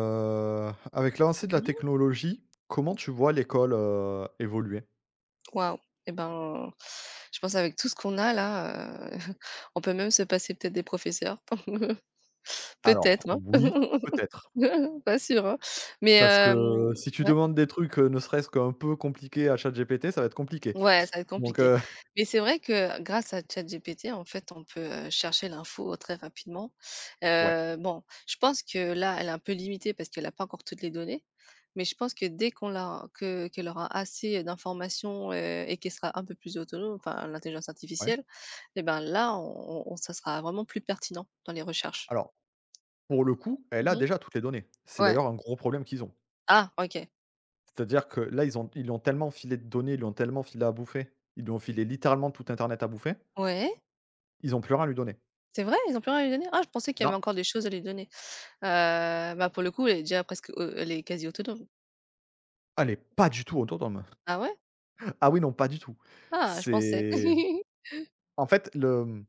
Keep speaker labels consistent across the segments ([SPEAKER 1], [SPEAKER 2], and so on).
[SPEAKER 1] Avec l'avancée de la
[SPEAKER 2] Mmh.
[SPEAKER 1] technologie, comment tu vois l'école, évoluer?
[SPEAKER 2] Waouh! Et ben, je pense avec tout ce qu'on a là, on peut même se passer peut-être des professeurs.
[SPEAKER 1] Alors
[SPEAKER 2] Peut-être, hein.
[SPEAKER 1] oui, peut-être,
[SPEAKER 2] Pas sûr, hein. Mais
[SPEAKER 1] parce
[SPEAKER 2] hem,
[SPEAKER 1] que si tu
[SPEAKER 2] ouais.
[SPEAKER 1] demandes des trucs, ne serait-ce qu'un peu compliqués à ChatGPT, ça va être compliqué.
[SPEAKER 2] Ouais, ça va être
[SPEAKER 1] Donc
[SPEAKER 2] compliqué. Mais c'est vrai que grâce à ChatGPT, en fait, on peut, chercher l'info très rapidement.
[SPEAKER 1] Ouais,
[SPEAKER 2] Bon, je pense que là, elle est un peu limitée parce qu'elle a pas encore toutes les données, mais je pense que dès qu'on l'a que qu'elle aura assez d'informations, et qu'elle sera un peu plus autonome, enfin l'intelligence
[SPEAKER 1] ouais.
[SPEAKER 2] artificielle, eh ben là, on ça sera vraiment plus pertinent dans les recherches.
[SPEAKER 1] Alors, pour le coup, elle a
[SPEAKER 2] Mmh.
[SPEAKER 1] déjà toutes les données. C'est
[SPEAKER 2] Ouais.
[SPEAKER 1] d'ailleurs un gros problème qu'ils ont.
[SPEAKER 2] Ah, OK.
[SPEAKER 1] C'est-à-dire que là, ils lui ont tellement filé de données, ils lui ont tellement filé à bouffer, ils lui ont filé littéralement tout internet à bouffer,
[SPEAKER 2] Ouais,
[SPEAKER 1] ils ont plus rien à lui donner.
[SPEAKER 2] c'est vrai? Ils ont plus rien à lui donner? Ah, je pensais qu'il y avait
[SPEAKER 1] Non,
[SPEAKER 2] encore des choses à lui donner. Heu, bah, pour le coup, elle est déjà presque au elle est quasi autonome.
[SPEAKER 1] elle est pas du tout autonome.
[SPEAKER 2] Ah ouais?
[SPEAKER 1] Ah oui, non, pas du tout.
[SPEAKER 2] Ah, je pensais.
[SPEAKER 1] C'est, en fait, le…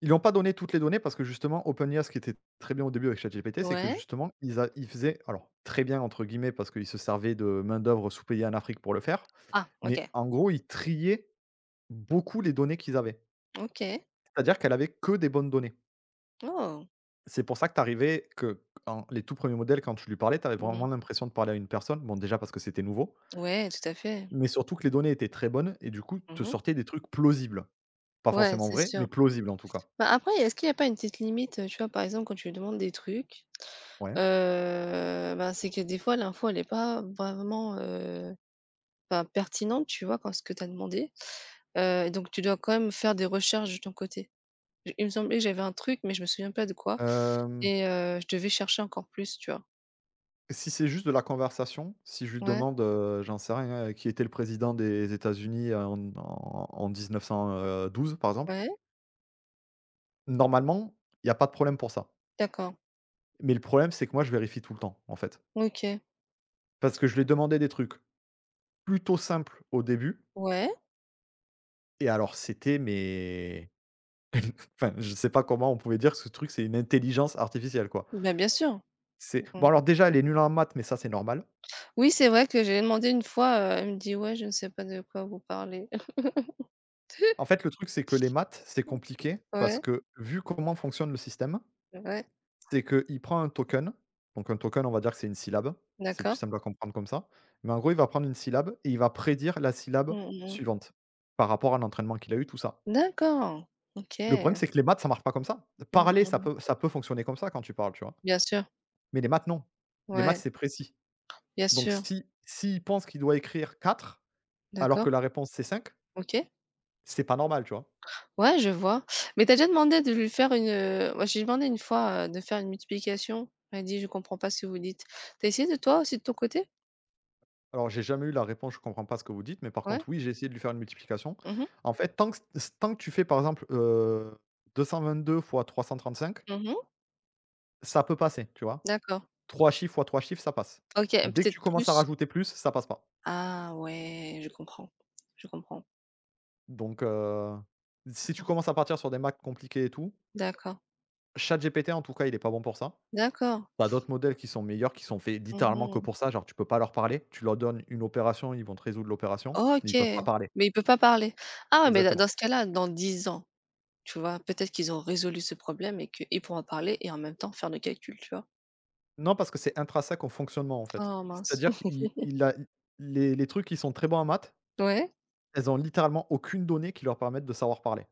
[SPEAKER 1] Ils lui ont pas donné toutes les données parce que justement OpenAI, ce qui était très bien au début avec ChatGPT, c'est que
[SPEAKER 2] Ouais.
[SPEAKER 1] justement ils faisaient, alors «très bien» entre guillemets parce qu'ils se servaient de main-d'œuvre sous-payée en Afrique pour le faire,
[SPEAKER 2] Ah,
[SPEAKER 1] mais
[SPEAKER 2] OK.
[SPEAKER 1] en gros, ils triaient beaucoup les données qu'ils avaient.
[SPEAKER 2] OK.
[SPEAKER 1] C'est-à-dire qu'elle avait que des bonnes données.
[SPEAKER 2] Oh!
[SPEAKER 1] C'est pour ça que t'arrivais que quand les tout premiers modèles, quand tu lui parlais, t'avais
[SPEAKER 2] Mmh.
[SPEAKER 1] vraiment l'impression de parler à une personne. Bon, déjà parce que c'était nouveau,
[SPEAKER 2] Ouais, tout à fait.
[SPEAKER 1] mais surtout que les données étaient très bonnes et du coup, te
[SPEAKER 2] Mmh.
[SPEAKER 1] sortaient des trucs plausibles. Pas
[SPEAKER 2] Ouais,
[SPEAKER 1] forcément
[SPEAKER 2] c'est
[SPEAKER 1] vrais,
[SPEAKER 2] sûr.
[SPEAKER 1] mais plausibles en tout cas.
[SPEAKER 2] Bah, après, est-ce qu'il y a pas une petite limite, tu vois, par exemple, quand tu lui demandes des trucs,
[SPEAKER 1] Ouais.
[SPEAKER 2] bah, c'est que des fois l'info elle est pas vraiment, bah, pertinente, tu vois? Quand ce que tu as demandé, donc tu dois quand même faire des recherches de ton côté. J il me semblait que j'avais un truc, mais je me souviens pas de quoi
[SPEAKER 1] Hem
[SPEAKER 2] et je devais chercher encore plus, tu vois?
[SPEAKER 1] Si c'est juste de la conversation, si je lui
[SPEAKER 2] Ouais,
[SPEAKER 1] demande, j'en sais rien, qui était le président des États-Unis en 1912 par exemple,
[SPEAKER 2] ouais,
[SPEAKER 1] normalement, il y a pas de problème pour ça.
[SPEAKER 2] d'accord.
[SPEAKER 1] Mais le problème, c'est que moi je vérifie tout le temps, en fait.
[SPEAKER 2] OK.
[SPEAKER 1] Parce que je lui ai demandé des trucs plutôt simples au début
[SPEAKER 2] Ouais.
[SPEAKER 1] et alors c'était, mais enfin, je sais pas comment on pouvait dire que ce truc, c'est une intelligence artificielle, quoi.
[SPEAKER 2] Bah, bien sûr.
[SPEAKER 1] C'est
[SPEAKER 2] Mmh.
[SPEAKER 1] bon, alors déjà, elle est nulle en maths, mais ça, c'est normal.
[SPEAKER 2] Oui, c'est vrai que j'ai demandé une fois, elle me dit: «Ouais, je ne sais pas de quoi vous parlez».
[SPEAKER 1] En fait, le truc, c'est que les maths, c'est compliqué parce
[SPEAKER 2] Ouais,
[SPEAKER 1] que vu comment fonctionne le système…
[SPEAKER 2] ouais,
[SPEAKER 1] C'est qu'il prend un token, donc un token, on va dire que c'est une syllabe, c'est plus
[SPEAKER 2] d'accord.
[SPEAKER 1] simple à comprendre comme ça, mais en gros, il va prendre une syllabe et il va prédire la syllabe
[SPEAKER 2] Mmh mh.
[SPEAKER 1] suivante par rapport à l'entraînement qu'il a eu, tout ça.
[SPEAKER 2] D'accord. OK.
[SPEAKER 1] Le problème,
[SPEAKER 2] Mmh
[SPEAKER 1] c'est que les maths, ça marche pas comme ça.
[SPEAKER 2] mh,
[SPEAKER 1] Parler,
[SPEAKER 2] mmh.
[SPEAKER 1] ça peut fonctionner comme ça quand tu parles, tu vois?
[SPEAKER 2] Bien sûr.
[SPEAKER 1] Mais les maths, non. Les maths,
[SPEAKER 2] Ouais,
[SPEAKER 1] c'est précis.
[SPEAKER 2] bien
[SPEAKER 1] Donc
[SPEAKER 2] sûr.
[SPEAKER 1] si s'il pense qu'il doit écrire 4 alors que
[SPEAKER 2] D'accord.
[SPEAKER 1] la réponse c'est cinq,
[SPEAKER 2] OK.
[SPEAKER 1] c'est pas normal, tu vois?
[SPEAKER 2] Ouais, je vois. Mais tu as déjà demandé de lui faire moi, j'ai demandé une fois, de faire une multiplication. Elle dit: «Je comprends pas ce que vous dites». Tu as essayé de toi aussi de ton côté?
[SPEAKER 1] Alors, j'ai jamais eu la réponse «je comprends pas ce que vous dites», mais par
[SPEAKER 2] Ouais?
[SPEAKER 1] contre, oui, j'ai essayé de lui faire une multiplication.
[SPEAKER 2] Mmh mh.
[SPEAKER 1] En fait, tant que tu fais, par exemple, 222 fois 335,
[SPEAKER 2] Mmh mh.
[SPEAKER 1] ça peut passer, tu vois.
[SPEAKER 2] D'accord.
[SPEAKER 1] 3 chiffres fois 3 chiffres, ça passe.
[SPEAKER 2] OK,
[SPEAKER 1] Et dès que
[SPEAKER 2] peut-être
[SPEAKER 1] tu commences à
[SPEAKER 2] plus.
[SPEAKER 1] rajouter plus, ça passe pas.
[SPEAKER 2] Ah ouais, je comprends, je comprends.
[SPEAKER 1] Donc, si tu commences à partir sur des maths compliquées et tout,
[SPEAKER 2] D'accord,
[SPEAKER 1] ChatGPT, en tout cas, il est pas bon pour ça.
[SPEAKER 2] d'accord.
[SPEAKER 1] T'as d'autres modèles qui sont meilleurs, qui sont faits littéralement que
[SPEAKER 2] Mmh.
[SPEAKER 1] pour ça. Genre, tu peux pas leur parler. Tu leur donnes une opération, ils vont te résoudre l'opération, mais
[SPEAKER 2] OK,
[SPEAKER 1] ils peuvent pas parler.
[SPEAKER 2] mais il peut pas parler. Ah, mais da
[SPEAKER 1] Exactement.
[SPEAKER 2] dans ce cas-là, dans 10 ans, tu vois, peut-être qu'ils ont résolu ce problème et qu'ils pourront parler et en même temps faire le calcul, tu vois?
[SPEAKER 1] Non, parce que c'est intrinsèque au fonctionnement, en fait.
[SPEAKER 2] Oh mince.
[SPEAKER 1] C'est-à-dire qu'il il a les trucs qui sont très bons en maths,
[SPEAKER 2] Ouais,
[SPEAKER 1] elles ont littéralement aucune donnée qui leur permette de savoir parler.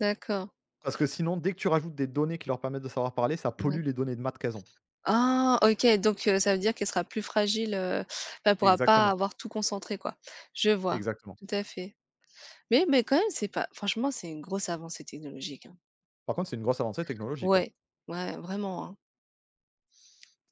[SPEAKER 2] d'accord.
[SPEAKER 1] Parce que sinon, dès que tu rajoutes des données qui leur permettent de savoir parler, ça
[SPEAKER 2] Ouais.
[SPEAKER 1] pollue les données de maths qu'elles ont.
[SPEAKER 2] Ah, OK, donc ça veut dire qu'elle sera plus fragile, enfin, elle pourra pas
[SPEAKER 1] Exactement,
[SPEAKER 2] avoir tout concentré, quoi. Je vois,
[SPEAKER 1] exactement.
[SPEAKER 2] tout à fait. Mais quand même, c'est pas franchement, c'est une grosse avancée technologique, hein.
[SPEAKER 1] Par contre, c'est une grosse avancée technologique, ouais.
[SPEAKER 2] Ouais, ouais, vraiment, hein.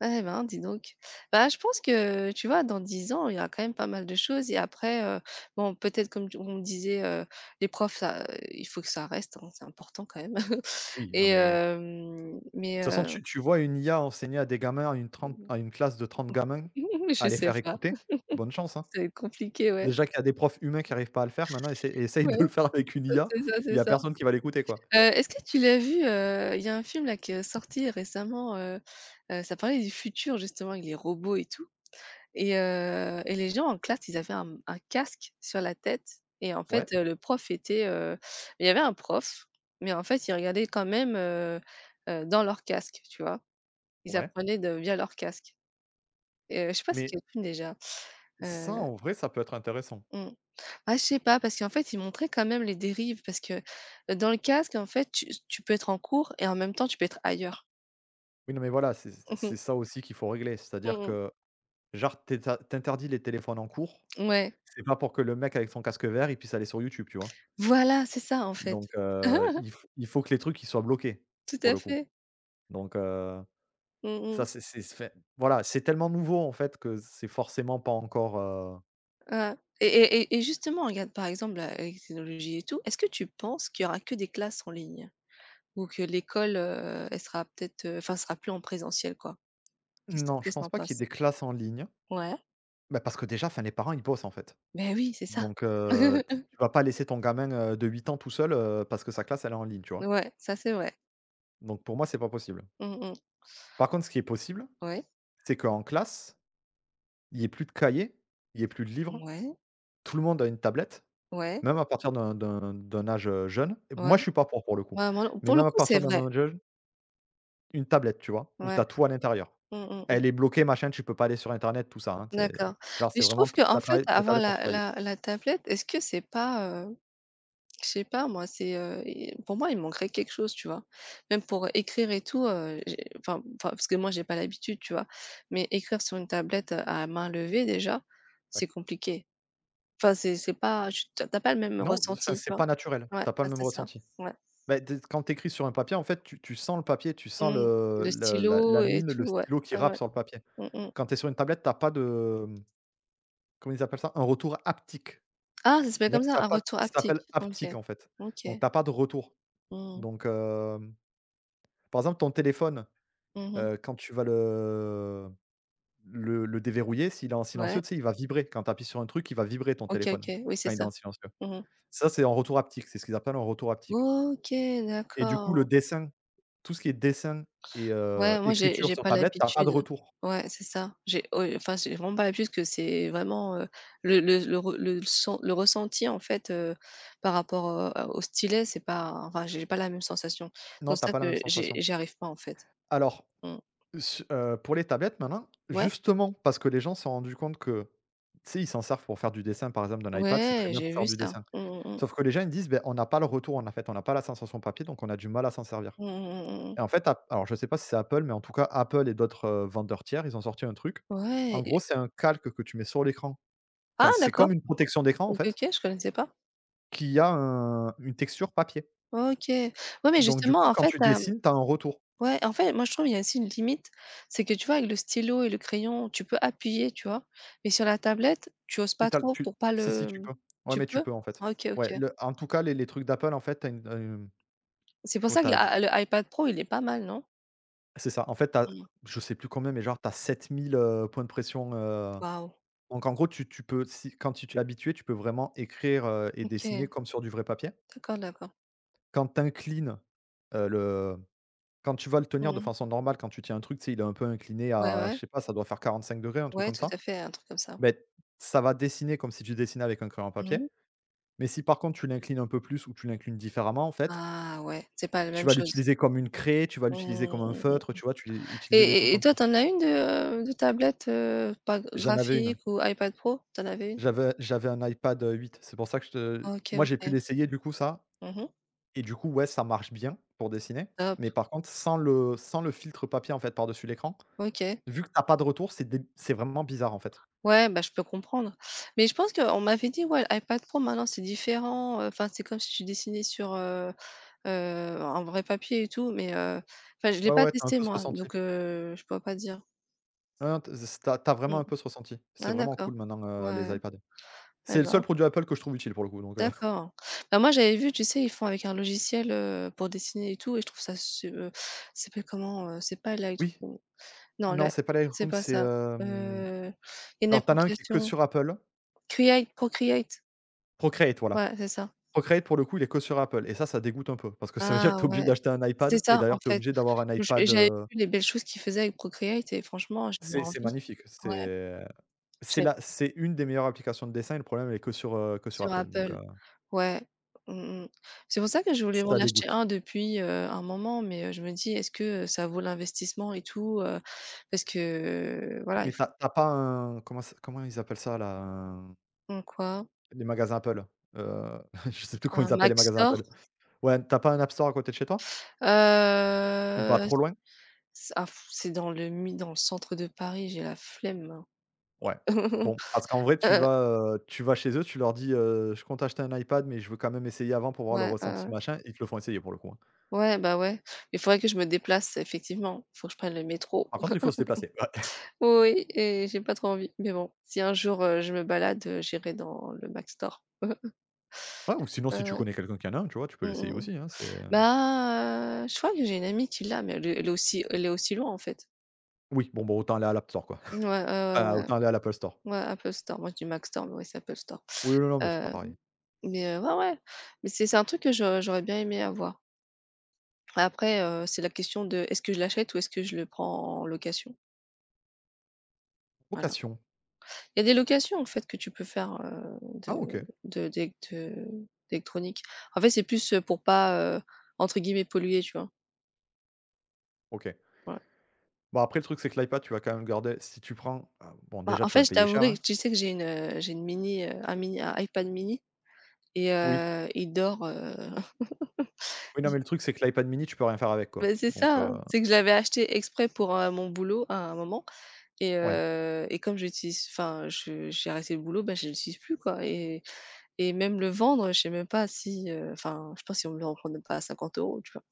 [SPEAKER 2] Eh ben, dis donc. Bah, je pense que, tu vois, dans 10 ans, il y aura quand même pas mal de choses et après, bon, peut-être comme tu on disait, les profs, ça, il faut que ça reste, hein, c'est important quand même.
[SPEAKER 1] Oui,
[SPEAKER 2] Et
[SPEAKER 1] non, mais
[SPEAKER 2] mais
[SPEAKER 1] de toute façon, tu vois une IA enseigner à des gamins, à une classe de 30 gamins,
[SPEAKER 2] je
[SPEAKER 1] à les
[SPEAKER 2] sais
[SPEAKER 1] faire
[SPEAKER 2] pas,
[SPEAKER 1] écouter, bonne chance, hein.
[SPEAKER 2] c'est compliqué, ouais.
[SPEAKER 1] Déjà qu'il y a des profs humains qui arrivent pas à le faire, maintenant essaye
[SPEAKER 2] Ouais,
[SPEAKER 1] de le faire avec une IA,
[SPEAKER 2] c'est ça,
[SPEAKER 1] il
[SPEAKER 2] c'est
[SPEAKER 1] y a
[SPEAKER 2] ça.
[SPEAKER 1] personne qui va l'écouter, quoi.
[SPEAKER 2] Est-ce que tu l'as vu, il y a un film là qui est sorti récemment, ça parlait du futur justement avec les robots et tout. Et les gens en classe, ils avaient un casque sur la tête et en
[SPEAKER 1] Ouais,
[SPEAKER 2] fait, il y avait un prof, mais en fait, il regardait quand même, dans leur casque, tu vois? Ils
[SPEAKER 1] ouais,
[SPEAKER 2] apprenaient de via leur casque et je sais pas c'est
[SPEAKER 1] mais…
[SPEAKER 2] quel film déjà? Heu,
[SPEAKER 1] Ça, en vrai, ça peut être intéressant.
[SPEAKER 2] mmh, ah, je sais pas parce qu'en fait, ils montraient quand même les dérives parce que, dans le casque, en fait, tu peux être en cours et en même temps, tu peux être ailleurs.
[SPEAKER 1] Oui, non, mais voilà,
[SPEAKER 2] Mmh mh.
[SPEAKER 1] c'est ça aussi qu'il faut régler. C'est-à-dire
[SPEAKER 2] Mmh.
[SPEAKER 1] que, genre, t'interdis les téléphones en cours,
[SPEAKER 2] Ouais.
[SPEAKER 1] c'est pas pour que le mec avec son casque vert, il puisse aller sur YouTube, tu vois?
[SPEAKER 2] Voilà, c'est ça, en fait.
[SPEAKER 1] Donc il faut que les trucs, ils soient bloqués,
[SPEAKER 2] Tout
[SPEAKER 1] pour
[SPEAKER 2] à
[SPEAKER 1] le coup.
[SPEAKER 2] fait.
[SPEAKER 1] Donc
[SPEAKER 2] Mmh
[SPEAKER 1] ça,
[SPEAKER 2] mh.
[SPEAKER 1] c'est s fait voilà, c'est tellement nouveau, en fait, que c'est forcément pas encore,
[SPEAKER 2] Justement, regarde, par exemple, la avec les technologies et tout, est-ce que tu penses qu'il y aura que des classes en ligne? Ou que l'école, elle sera peut-être, enfin, sera plus en présentiel, quoi?
[SPEAKER 1] non, je
[SPEAKER 2] Qu'est-ce que
[SPEAKER 1] pense
[SPEAKER 2] tu
[SPEAKER 1] pas qu'il y ait
[SPEAKER 2] penses?
[SPEAKER 1] des classes en ligne.
[SPEAKER 2] Ouais,
[SPEAKER 1] Bah, parce que déjà, enfin, les parents, ils bossent, en fait.
[SPEAKER 2] ben oui, c'est ça.
[SPEAKER 1] Donc t tu vas pas laisser ton gamin, de 8 ans tout seul, parce que sa classe, elle est en ligne, tu vois?
[SPEAKER 2] Ouais, ça, c'est vrai.
[SPEAKER 1] Donc pour moi, c'est pas possible.
[SPEAKER 2] Mmh mh.
[SPEAKER 1] Par contre, ce qui est possible,
[SPEAKER 2] Ouais,
[SPEAKER 1] c'est qu'en classe, il y ait plus de cahiers, il y ait plus de livres,
[SPEAKER 2] ouais,
[SPEAKER 1] tout le monde a une tablette,
[SPEAKER 2] ouais,
[SPEAKER 1] même à partir d'un âge, jeune. Et moi,
[SPEAKER 2] ouais.
[SPEAKER 1] je suis pas pour, pour le coup,
[SPEAKER 2] Ouais, moi,
[SPEAKER 1] mais
[SPEAKER 2] pour le
[SPEAKER 1] même à
[SPEAKER 2] coup, c'est
[SPEAKER 1] partir d'un
[SPEAKER 2] vrai.
[SPEAKER 1] âge jeune, une tablette, tu vois? Où tu
[SPEAKER 2] Ouais.
[SPEAKER 1] as tout à l'intérieur.
[SPEAKER 2] Mmh, mmh mh.
[SPEAKER 1] Elle
[SPEAKER 2] Mmh.
[SPEAKER 1] est bloquée, machin, tu peux pas aller sur internet, tout ça, hein. C'est
[SPEAKER 2] D'accord.
[SPEAKER 1] genre,
[SPEAKER 2] Mais
[SPEAKER 1] c'est
[SPEAKER 2] je
[SPEAKER 1] vraiment
[SPEAKER 2] trouve que
[SPEAKER 1] pour
[SPEAKER 2] en
[SPEAKER 1] la
[SPEAKER 2] fait,
[SPEAKER 1] travailler, la
[SPEAKER 2] avoir
[SPEAKER 1] tablette, pour travailler.
[SPEAKER 2] la tablette, est-ce que c'est pas, je sais pas moi, et pour moi, il manquerait quelque chose, tu vois? Même pour écrire et tout, j'ai enfin enfin, parce que moi, j'ai pas l'habitude, tu vois? Mais écrire sur une tablette, à main levée déjà,
[SPEAKER 1] Ouais.
[SPEAKER 2] c'est compliqué. Enfin, c'est pas tu as pas le même
[SPEAKER 1] Non, c Enfin,
[SPEAKER 2] ressenti, tu
[SPEAKER 1] c'est
[SPEAKER 2] vois?
[SPEAKER 1] pas naturel.
[SPEAKER 2] Ouais,
[SPEAKER 1] T'as pas
[SPEAKER 2] ah,
[SPEAKER 1] le même
[SPEAKER 2] c'est ça,
[SPEAKER 1] ressenti.
[SPEAKER 2] ouais.
[SPEAKER 1] Beh, tu Quand tu écris sur un papier, en fait, tu sens le papier, tu sens
[SPEAKER 2] Mmh. Le
[SPEAKER 1] le
[SPEAKER 2] stylo
[SPEAKER 1] la
[SPEAKER 2] et
[SPEAKER 1] mine,
[SPEAKER 2] tout,
[SPEAKER 1] le
[SPEAKER 2] ouais.
[SPEAKER 1] stylo qui
[SPEAKER 2] Ah
[SPEAKER 1] rappe
[SPEAKER 2] ouais.
[SPEAKER 1] sur le papier.
[SPEAKER 2] Mmh mh.
[SPEAKER 1] Quand tu es sur une tablette, tu as pas de, comment ils appellent ça? Un retour haptique.
[SPEAKER 2] Ah, ça s'appelle
[SPEAKER 1] C'est-à-dire
[SPEAKER 2] comme ça,
[SPEAKER 1] que tu
[SPEAKER 2] un
[SPEAKER 1] pas
[SPEAKER 2] retour
[SPEAKER 1] ça
[SPEAKER 2] haptique?
[SPEAKER 1] s'appelle
[SPEAKER 2] OK.
[SPEAKER 1] haptique, en fait.
[SPEAKER 2] OK.
[SPEAKER 1] Donc t'as pas de retour.
[SPEAKER 2] Mmh.
[SPEAKER 1] Donc, par exemple, ton téléphone,
[SPEAKER 2] Mmh.
[SPEAKER 1] quand tu vas le déverrouiller, s'il est en silencieux,
[SPEAKER 2] Ouais.
[SPEAKER 1] tu sais, il va vibrer. Quand tu appuies sur un truc, il va vibrer ton
[SPEAKER 2] OK,
[SPEAKER 1] téléphone,
[SPEAKER 2] OK. Oui, c'est
[SPEAKER 1] quand il est
[SPEAKER 2] ça.
[SPEAKER 1] en silencieux.
[SPEAKER 2] Mmh.
[SPEAKER 1] Ça, c'est en retour haptique, c'est ce qu'ils appellent un retour haptique.
[SPEAKER 2] OK,
[SPEAKER 1] Et du coup,
[SPEAKER 2] d'accord.
[SPEAKER 1] tout ce qui est dessin et
[SPEAKER 2] Ouais, moi
[SPEAKER 1] écriture
[SPEAKER 2] j'ai
[SPEAKER 1] sur
[SPEAKER 2] pas
[SPEAKER 1] tablette, t'as pas de
[SPEAKER 2] l'habitude.
[SPEAKER 1] retour.
[SPEAKER 2] Ouais, c'est ça. J'ai Ouais, enfin, j'ai vraiment pas l'habitude que c'est vraiment, le re le sen le ressenti en fait, par rapport, à au stylet, c'est pas enfin, j'ai pas la même sensation.
[SPEAKER 1] Non,
[SPEAKER 2] Donc
[SPEAKER 1] t'as
[SPEAKER 2] c'est ça
[SPEAKER 1] pas la même
[SPEAKER 2] que
[SPEAKER 1] sensation.
[SPEAKER 2] j'y arrive pas en fait.
[SPEAKER 1] Alors,
[SPEAKER 2] Mmh.
[SPEAKER 1] Su pour les tablettes maintenant,
[SPEAKER 2] Ouais.
[SPEAKER 1] justement, parce que les gens se sont rendus compte que, tu sais, ils s'en servent pour faire du dessin, par exemple, d'un iPad, c'est très
[SPEAKER 2] Ouais,
[SPEAKER 1] bien
[SPEAKER 2] j'ai
[SPEAKER 1] pour faire
[SPEAKER 2] vu
[SPEAKER 1] du
[SPEAKER 2] ça.
[SPEAKER 1] dessin.
[SPEAKER 2] Mmh mh mh.
[SPEAKER 1] Sauf que les gens, ils disent: «ben, on n'a pas le retour, en fait, on n'a pas la sensation papier, donc on a du mal à s'en servir»
[SPEAKER 2] Mmh mh.
[SPEAKER 1] et en fait, App alors je sais pas si c'est Apple, mais en tout cas, Apple et d'autres, vendeurs tiers, ils ont sorti un truc. En
[SPEAKER 2] Ouais,
[SPEAKER 1] gros, c'est un calque que tu mets sur l'écran.
[SPEAKER 2] ah,
[SPEAKER 1] Enfin, c'est
[SPEAKER 2] d'accord!
[SPEAKER 1] comme une protection d'écran, en
[SPEAKER 2] OK,
[SPEAKER 1] fait,
[SPEAKER 2] OK, je connaissais pas.
[SPEAKER 1] qui a un une texture papier.
[SPEAKER 2] OK. Ouais, mais
[SPEAKER 1] Donc du
[SPEAKER 2] justement
[SPEAKER 1] coup,
[SPEAKER 2] en
[SPEAKER 1] quand
[SPEAKER 2] fait,
[SPEAKER 1] tu dessines, tu as un retour.
[SPEAKER 2] ouais, en fait, moi, je trouve il y a aussi une limite, c'est que, tu vois, avec le stylo et le crayon, tu peux appuyer, tu vois? Mais sur la tablette, tu oses
[SPEAKER 1] Oui,
[SPEAKER 2] pas
[SPEAKER 1] tu le
[SPEAKER 2] trop
[SPEAKER 1] tu
[SPEAKER 2] pour pas
[SPEAKER 1] si, si, tu
[SPEAKER 2] le
[SPEAKER 1] peux. Ouais,
[SPEAKER 2] tu
[SPEAKER 1] mais tu
[SPEAKER 2] peux?
[SPEAKER 1] peux, en fait.
[SPEAKER 2] Ah, OK,
[SPEAKER 1] Ouais,
[SPEAKER 2] OK.
[SPEAKER 1] le en tout cas, les trucs d'Apple, en fait, tu as une,
[SPEAKER 2] C'est
[SPEAKER 1] je
[SPEAKER 2] pour
[SPEAKER 1] crois
[SPEAKER 2] ça
[SPEAKER 1] tu
[SPEAKER 2] que
[SPEAKER 1] as,
[SPEAKER 2] l'a le iPad Pro, il est pas mal, non?
[SPEAKER 1] c'est ça, en fait, tu as,
[SPEAKER 2] Mmh.
[SPEAKER 1] je sais plus combien, mais genre tu as 7 000 points de pression,
[SPEAKER 2] Waouh!
[SPEAKER 1] donc en gros, tu peux, si quand tu t'y habitué, tu peux vraiment écrire, et dessiner
[SPEAKER 2] OK.
[SPEAKER 1] comme sur du vrai papier.
[SPEAKER 2] D'accord, d'accord.
[SPEAKER 1] Quand t'inclines inclines, le quand tu vas le tenir de
[SPEAKER 2] Mmh.
[SPEAKER 1] façon normale, quand tu tiens un truc, tu sais, il est un peu incliné
[SPEAKER 2] Ouais,
[SPEAKER 1] à, je
[SPEAKER 2] ouais.
[SPEAKER 1] sais pas, ça doit faire 45 degrés, un truc
[SPEAKER 2] Ouais,
[SPEAKER 1] comme
[SPEAKER 2] tout à
[SPEAKER 1] ça.
[SPEAKER 2] fait, un truc comme ça.
[SPEAKER 1] Mais ça va dessiner comme si tu dessinais avec un crayon à papier,
[SPEAKER 2] Mmh.
[SPEAKER 1] mais si par contre tu l'inclines un peu plus ou tu l'inclines différemment, en fait…
[SPEAKER 2] Ah ouais, c'est pas la
[SPEAKER 1] Tu
[SPEAKER 2] même
[SPEAKER 1] vas
[SPEAKER 2] chose.
[SPEAKER 1] l'utiliser comme une craie, tu vas l'utiliser
[SPEAKER 2] Mmh.
[SPEAKER 1] comme un
[SPEAKER 2] Mmh.
[SPEAKER 1] feutre, tu vois? Tu l'es
[SPEAKER 2] Et
[SPEAKER 1] utiliser des trucs
[SPEAKER 2] et
[SPEAKER 1] comme
[SPEAKER 2] toi,
[SPEAKER 1] ça.
[SPEAKER 2] t'en as une de tablette, pas
[SPEAKER 1] J'en avais une.
[SPEAKER 2] graphique ou iPad Pro? T'en avais une?
[SPEAKER 1] J'avais un iPad, 8. C'est pour ça que je te…
[SPEAKER 2] OK,
[SPEAKER 1] Moi, j'ai pu
[SPEAKER 2] OK.
[SPEAKER 1] l'essayer du coup, ça,
[SPEAKER 2] Mmh.
[SPEAKER 1] et du coup, ouais, ça marche bien pour dessiner,
[SPEAKER 2] Top.
[SPEAKER 1] mais par contre sans le filtre papier, en fait, par-dessus l'écran,
[SPEAKER 2] OK.
[SPEAKER 1] vu que t'as pas de retour, c'est vraiment bizarre, en fait.
[SPEAKER 2] Ouais, bah, je peux comprendre. Mais je pense qu'on m'avait dit: «Ouais, iPad Pro maintenant c'est différent, enfin c'est comme si tu dessinais sur, heu, un vrai papier et tout», mais enfin je l'ai
[SPEAKER 1] Ouais,
[SPEAKER 2] pas
[SPEAKER 1] ouais, t'as un
[SPEAKER 2] testé
[SPEAKER 1] peu ce
[SPEAKER 2] moi
[SPEAKER 1] ressenti.
[SPEAKER 2] donc je pourrais pas dire.
[SPEAKER 1] Non, non, t z tu as vraiment
[SPEAKER 2] Mmh.
[SPEAKER 1] un peu ce ressenti. C'est
[SPEAKER 2] Ah,
[SPEAKER 1] vraiment
[SPEAKER 2] d'accord.
[SPEAKER 1] cool maintenant,
[SPEAKER 2] Ouais,
[SPEAKER 1] les iPads.
[SPEAKER 2] eh
[SPEAKER 1] C'est le seul
[SPEAKER 2] ben,
[SPEAKER 1] produit Apple que je trouve utile pour le coup, donc
[SPEAKER 2] d'accord. Bah, moi j'avais vu, tu sais, ils font avec un logiciel, pour dessiner et tout et je trouve ça su ça s'appelle comment, C'est pas
[SPEAKER 1] oui,
[SPEAKER 2] Lightroom. Non,
[SPEAKER 1] non,
[SPEAKER 2] là,
[SPEAKER 1] c'est pas
[SPEAKER 2] c'est
[SPEAKER 1] Lightroom,
[SPEAKER 2] pas
[SPEAKER 1] c'est,
[SPEAKER 2] ça.
[SPEAKER 1] hem
[SPEAKER 2] Heu, il y a une
[SPEAKER 1] alors tu as un qui est que
[SPEAKER 2] application.
[SPEAKER 1] sur Apple,
[SPEAKER 2] Procreate.
[SPEAKER 1] Procreate, voilà.
[SPEAKER 2] Ouais, c'est ça.
[SPEAKER 1] Procreate, pour le coup, il est que sur Apple et ça dégoûte un peu parce que ça veut dire que
[SPEAKER 2] Ah
[SPEAKER 1] tu es obligé
[SPEAKER 2] ouais,
[SPEAKER 1] d'acheter un
[SPEAKER 2] c'est
[SPEAKER 1] iPad et
[SPEAKER 2] ça en
[SPEAKER 1] d'ailleurs tu es
[SPEAKER 2] fait.
[SPEAKER 1] obligé d'avoir un
[SPEAKER 2] Je
[SPEAKER 1] iPad,
[SPEAKER 2] J'avais vu les belles choses qu'ils faisaient avec Procreate et franchement, j'avais
[SPEAKER 1] c'est
[SPEAKER 2] envie.
[SPEAKER 1] magnifique.
[SPEAKER 2] Ouais,
[SPEAKER 1] C'est c'est
[SPEAKER 2] j'ai
[SPEAKER 1] la c'est une des meilleures applications de dessin et le problème, elle est que sur
[SPEAKER 2] sur
[SPEAKER 1] Apple, donc
[SPEAKER 2] Apple, ouais. Mmh mh. C'est pour ça que je voulais m'en
[SPEAKER 1] ça
[SPEAKER 2] acheter
[SPEAKER 1] dégoûte.
[SPEAKER 2] un depuis, un moment, mais je me dis: «Est-ce que, ça vaut l'investissement et tout?» Parce que, voilà, il
[SPEAKER 1] Mais tu as
[SPEAKER 2] faut
[SPEAKER 1] tu as pas un... comment ça comment ils appellent ça, là? Un
[SPEAKER 2] un quoi?
[SPEAKER 1] Les magasins Apple, heu, je sais plus comment
[SPEAKER 2] Un
[SPEAKER 1] ils appellent les
[SPEAKER 2] Mac
[SPEAKER 1] magasins
[SPEAKER 2] Store?
[SPEAKER 1] Apple. Ouais, tu as pas un App Store à côté de chez toi? Ou pas
[SPEAKER 2] Heu,
[SPEAKER 1] trop loin?
[SPEAKER 2] c ah, pff, c'est dans le mi dans le centre de Paris, j'ai la flemme.
[SPEAKER 1] Ouais. Bon, parce qu'en vrai,
[SPEAKER 2] Heu,
[SPEAKER 1] tu vas chez eux, tu leur dis, «Je compte acheter un iPad, mais je veux quand même essayer avant pour voir le
[SPEAKER 2] ouais,
[SPEAKER 1] ressenti,
[SPEAKER 2] heu
[SPEAKER 1] machin», ils te le font essayer pour le coup, hein.
[SPEAKER 2] Ouais, bah, ouais. Il faudrait que je me déplace effectivement. Il faut que je prenne le métro.
[SPEAKER 1] Par contre, il faut se déplacer. Ouais.
[SPEAKER 2] Oui et j'ai pas trop envie, mais bon, si un jour, je me balade, j'irai dans le Mac Store.
[SPEAKER 1] Ouais, ou sinon, si
[SPEAKER 2] Ouais,
[SPEAKER 1] tu
[SPEAKER 2] ouais.
[SPEAKER 1] connais quelqu'un qui en a un, tu vois, tu peux
[SPEAKER 2] Mmh
[SPEAKER 1] l'essayer
[SPEAKER 2] mh.
[SPEAKER 1] aussi, hein, c'est...
[SPEAKER 2] Bah, je crois que j'ai une amie qui l'a, mais elle est aussi loin en fait.
[SPEAKER 1] oui, bon, bon, autant aller à l'App Store, quoi.
[SPEAKER 2] Ouais, ouais,
[SPEAKER 1] Enfin,
[SPEAKER 2] ouais,
[SPEAKER 1] autant aller à l'Apple Store.
[SPEAKER 2] ouais, Apple Store. Moi je dis Mac Store, mais ouais, c'est Apple Store.
[SPEAKER 1] Oui, non, non, mais c'est
[SPEAKER 2] Heu,
[SPEAKER 1] pareil.
[SPEAKER 2] mais ouais, ouais, mais c'est un truc que je j'aurais bien aimé avoir. Après, c'est la question de est-ce que je l'achète ou est-ce que je le prends en location? Voilà.
[SPEAKER 1] Location.
[SPEAKER 2] Il y a des locations en fait que tu peux faire,
[SPEAKER 1] Ah, OK,
[SPEAKER 2] de d'élect d'électronique. En fait, c'est plus, pour pas, entre guillemets «polluer», tu vois?
[SPEAKER 1] OK.
[SPEAKER 2] Voilà.
[SPEAKER 1] Bon, après, le truc, c'est que l'iPad, tu vas quand même le garder si tu prends... ah, bon,
[SPEAKER 2] Bah,
[SPEAKER 1] déjà,
[SPEAKER 2] en
[SPEAKER 1] tu vas
[SPEAKER 2] fait,
[SPEAKER 1] le
[SPEAKER 2] je
[SPEAKER 1] payer cher,
[SPEAKER 2] t'avouerai,
[SPEAKER 1] hein.
[SPEAKER 2] que tu sais que j'ai une mini, un mini un iPad mini et
[SPEAKER 1] Oui.
[SPEAKER 2] il dort,
[SPEAKER 1] Oui, non,
[SPEAKER 2] il
[SPEAKER 1] mais le truc, c'est que l'iPad mini, tu peux rien faire avec, quoi.
[SPEAKER 2] bah, c'est
[SPEAKER 1] Donc,
[SPEAKER 2] ça, hein. C'est que je l'avais acheté exprès pour, mon boulot à un moment
[SPEAKER 1] ouais.
[SPEAKER 2] et comme j'utilise enfin, je j'ai arrêté le boulot, bah, je l'utilise plus quoi et même le vendre, je sais même pas si, enfin, je pense si on me le revend pas à 50 euros, tu vois?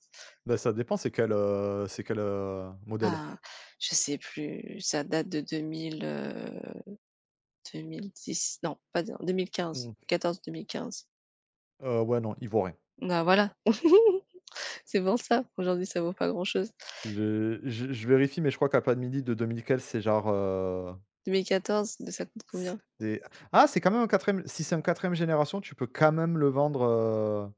[SPEAKER 1] Ben, ça dépend, c'est quel, modèle?
[SPEAKER 2] Ah, je sais plus, ça date de 2010, non, pas de
[SPEAKER 1] Mmh.
[SPEAKER 2] 2015-14-2015.
[SPEAKER 1] Ouais, non, ivoirien.
[SPEAKER 2] Bah, voilà, c'est pour ça, aujourd'hui ça vaut pas grand chose.
[SPEAKER 1] Je vérifie, mais je crois qu'à pas de midi de 2015, c'est genre,
[SPEAKER 2] 2014, de ça coûte combien?
[SPEAKER 1] c'est... ah, c'est quand même un quatrième, si c'est un quatrième génération, tu peux quand même le vendre,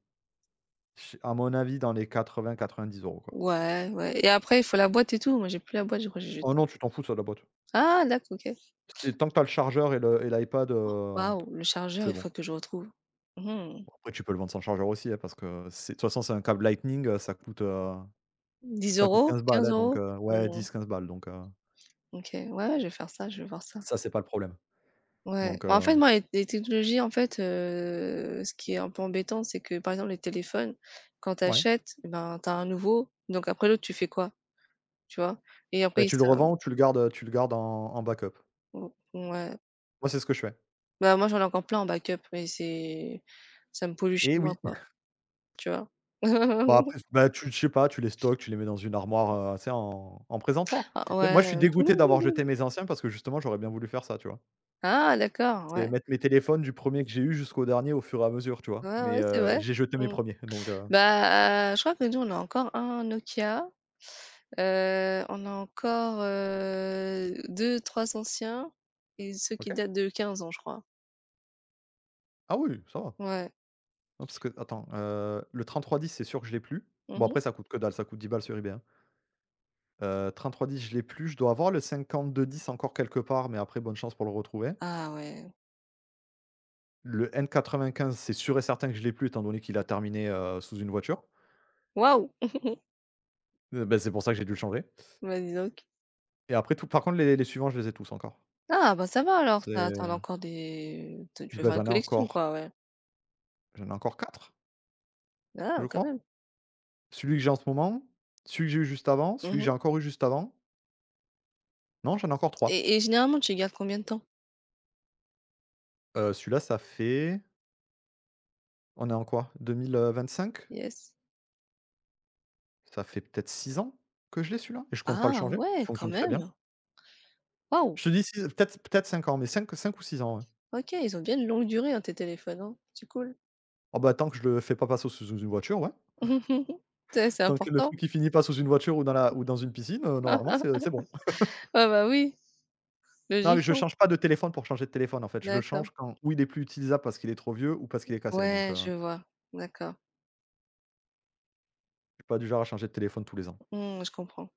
[SPEAKER 1] ch... à mon avis, dans les 90 €, quoi.
[SPEAKER 2] Ouais, ouais et après il faut la boîte et tout, moi j'ai plus la boîte, je crois que j'ai
[SPEAKER 1] Oh
[SPEAKER 2] jeté.
[SPEAKER 1] non, tu t'en fous, ça, de la boîte.
[SPEAKER 2] Ah, d'accord, OK.
[SPEAKER 1] C'est tant que t'as le chargeur et le et l'iPad,
[SPEAKER 2] Waouh, le chargeur,
[SPEAKER 1] c'est
[SPEAKER 2] il
[SPEAKER 1] bon.
[SPEAKER 2] faut que je retrouve. Mmh mh.
[SPEAKER 1] Bon, après, tu peux le vendre sans chargeur aussi, hein, parce que c'est... de toute façon, c'est un câble Lightning, ça coûte
[SPEAKER 2] 10 €?
[SPEAKER 1] 15 balles, hein,
[SPEAKER 2] 15
[SPEAKER 1] donc
[SPEAKER 2] €?
[SPEAKER 1] ouais,
[SPEAKER 2] Mmh,
[SPEAKER 1] dix quinze balles, donc
[SPEAKER 2] OK, ouais, ouais, je vais faire ça, je vais voir ça.
[SPEAKER 1] ça, c'est pas le problème,
[SPEAKER 2] Ouais,
[SPEAKER 1] donc
[SPEAKER 2] bah, en fait, moi, les technologies, en fait, ce qui est un peu embêtant, c'est que, par exemple, les téléphones, quand tu
[SPEAKER 1] ouais.
[SPEAKER 2] achètes, eh ben, tu as un nouveau, donc après l'autre, tu fais quoi? Tu vois? Et
[SPEAKER 1] Bah,
[SPEAKER 2] après,
[SPEAKER 1] tu le revends ou tu le gardes en backup.
[SPEAKER 2] mmh, ouais.
[SPEAKER 1] Moi, c'est ce que je fais.
[SPEAKER 2] Bah, moi, j'en ai encore plein en backup, mais c'est ça me pollue chez
[SPEAKER 1] Et
[SPEAKER 2] moi,
[SPEAKER 1] oui,
[SPEAKER 2] quoi, tu vois?
[SPEAKER 1] bah, après, bah, tu... je sais pas, tu les stockes, tu les mets dans une armoire, tu sais, en présentoir.
[SPEAKER 2] Ah
[SPEAKER 1] Et
[SPEAKER 2] ouais.
[SPEAKER 1] moi, je suis dégoûté d'avoir jeté mes anciens parce que justement, j'aurais bien voulu faire ça, tu vois?
[SPEAKER 2] Ah, d'accord,
[SPEAKER 1] C'est
[SPEAKER 2] ouais.
[SPEAKER 1] mettre mes téléphones du premier que j'ai eu jusqu'au dernier au fur et à mesure, tu vois?
[SPEAKER 2] Ouais,
[SPEAKER 1] Mais,
[SPEAKER 2] ouais, c'est vrai.
[SPEAKER 1] j'ai jeté mes
[SPEAKER 2] Mmh.
[SPEAKER 1] premiers, donc,
[SPEAKER 2] Bah, je crois que nous, on a encore un Nokia. On a encore, 2-3 anciens et ceux qui
[SPEAKER 1] OK.
[SPEAKER 2] datent de 15 ans, je crois.
[SPEAKER 1] Ah oui, ça va.
[SPEAKER 2] Ouais.
[SPEAKER 1] Non, parce que attends, le 3310, c'est sûr que je l'ai plus. Bon,
[SPEAKER 2] Mmh.
[SPEAKER 1] après, ça coûte que dalle, ça coûte 10 balles sur eBay, hein. 3310, je l'ai plus. Je dois avoir le 5210 encore quelque part, mais après, bonne chance pour le retrouver.
[SPEAKER 2] Ah ouais.
[SPEAKER 1] Le N95, c'est sûr et certain que je l'ai plus étant donné qu'il a terminé, sous une voiture.
[SPEAKER 2] Waouh!
[SPEAKER 1] Bah, c'est pour ça que j'ai dû le changer,
[SPEAKER 2] Bah, dis donc.
[SPEAKER 1] et après tout, par contre, les suivants, je les ai tous encore.
[SPEAKER 2] Ah, bah, ça va alors.
[SPEAKER 1] C'est
[SPEAKER 2] T'as as as encore des tu peux
[SPEAKER 1] bah,
[SPEAKER 2] faire une
[SPEAKER 1] j'en ai
[SPEAKER 2] collection
[SPEAKER 1] encore
[SPEAKER 2] quoi, ouais.
[SPEAKER 1] j'en ai encore 4, je
[SPEAKER 2] Ah, quand
[SPEAKER 1] crois.
[SPEAKER 2] même.
[SPEAKER 1] Celui que j'ai en ce moment, celui que j'ai eu juste avant, celui que
[SPEAKER 2] Mmh
[SPEAKER 1] j'ai encore eu juste avant. Non, j'en ai encore 3.
[SPEAKER 2] et généralement, tu les gardes combien de temps?
[SPEAKER 1] Celui-là, ça fait... on est en quoi? 2025?
[SPEAKER 2] Yes.
[SPEAKER 1] Ça fait peut-être 6 ans que je l'ai, celui-là, et je compte pas le
[SPEAKER 2] Ah
[SPEAKER 1] changer. Il
[SPEAKER 2] ouais, quand
[SPEAKER 1] fonctionne très bien.
[SPEAKER 2] même. Waouh!
[SPEAKER 1] Je te dis 6 peut-être ans, mais 5 5 ou 6 ans, ouais.
[SPEAKER 2] OK, ils ont bien une longue durée, hein, tes téléphones, hein. C'est cool.
[SPEAKER 1] Ah bah, tant que je le fais pas passer sous une voiture, ouais.
[SPEAKER 2] Tu C'est
[SPEAKER 1] Tant que le
[SPEAKER 2] important.
[SPEAKER 1] truc, il finit pas sous une voiture ou dans une piscine, normalement c'est bon.
[SPEAKER 2] Ah bah, oui.
[SPEAKER 1] Non, mais je
[SPEAKER 2] Logiquement,
[SPEAKER 1] change pas de téléphone pour changer de téléphone, en fait, je le
[SPEAKER 2] d'accord.
[SPEAKER 1] change quand ou il est plus utilisable parce qu'il est trop vieux, ou parce qu'il est cassé, donc,
[SPEAKER 2] Ouais,
[SPEAKER 1] je
[SPEAKER 2] je vois, d'accord.
[SPEAKER 1] suis pas du genre à changer de téléphone tous les ans.
[SPEAKER 2] Mmh, je comprends.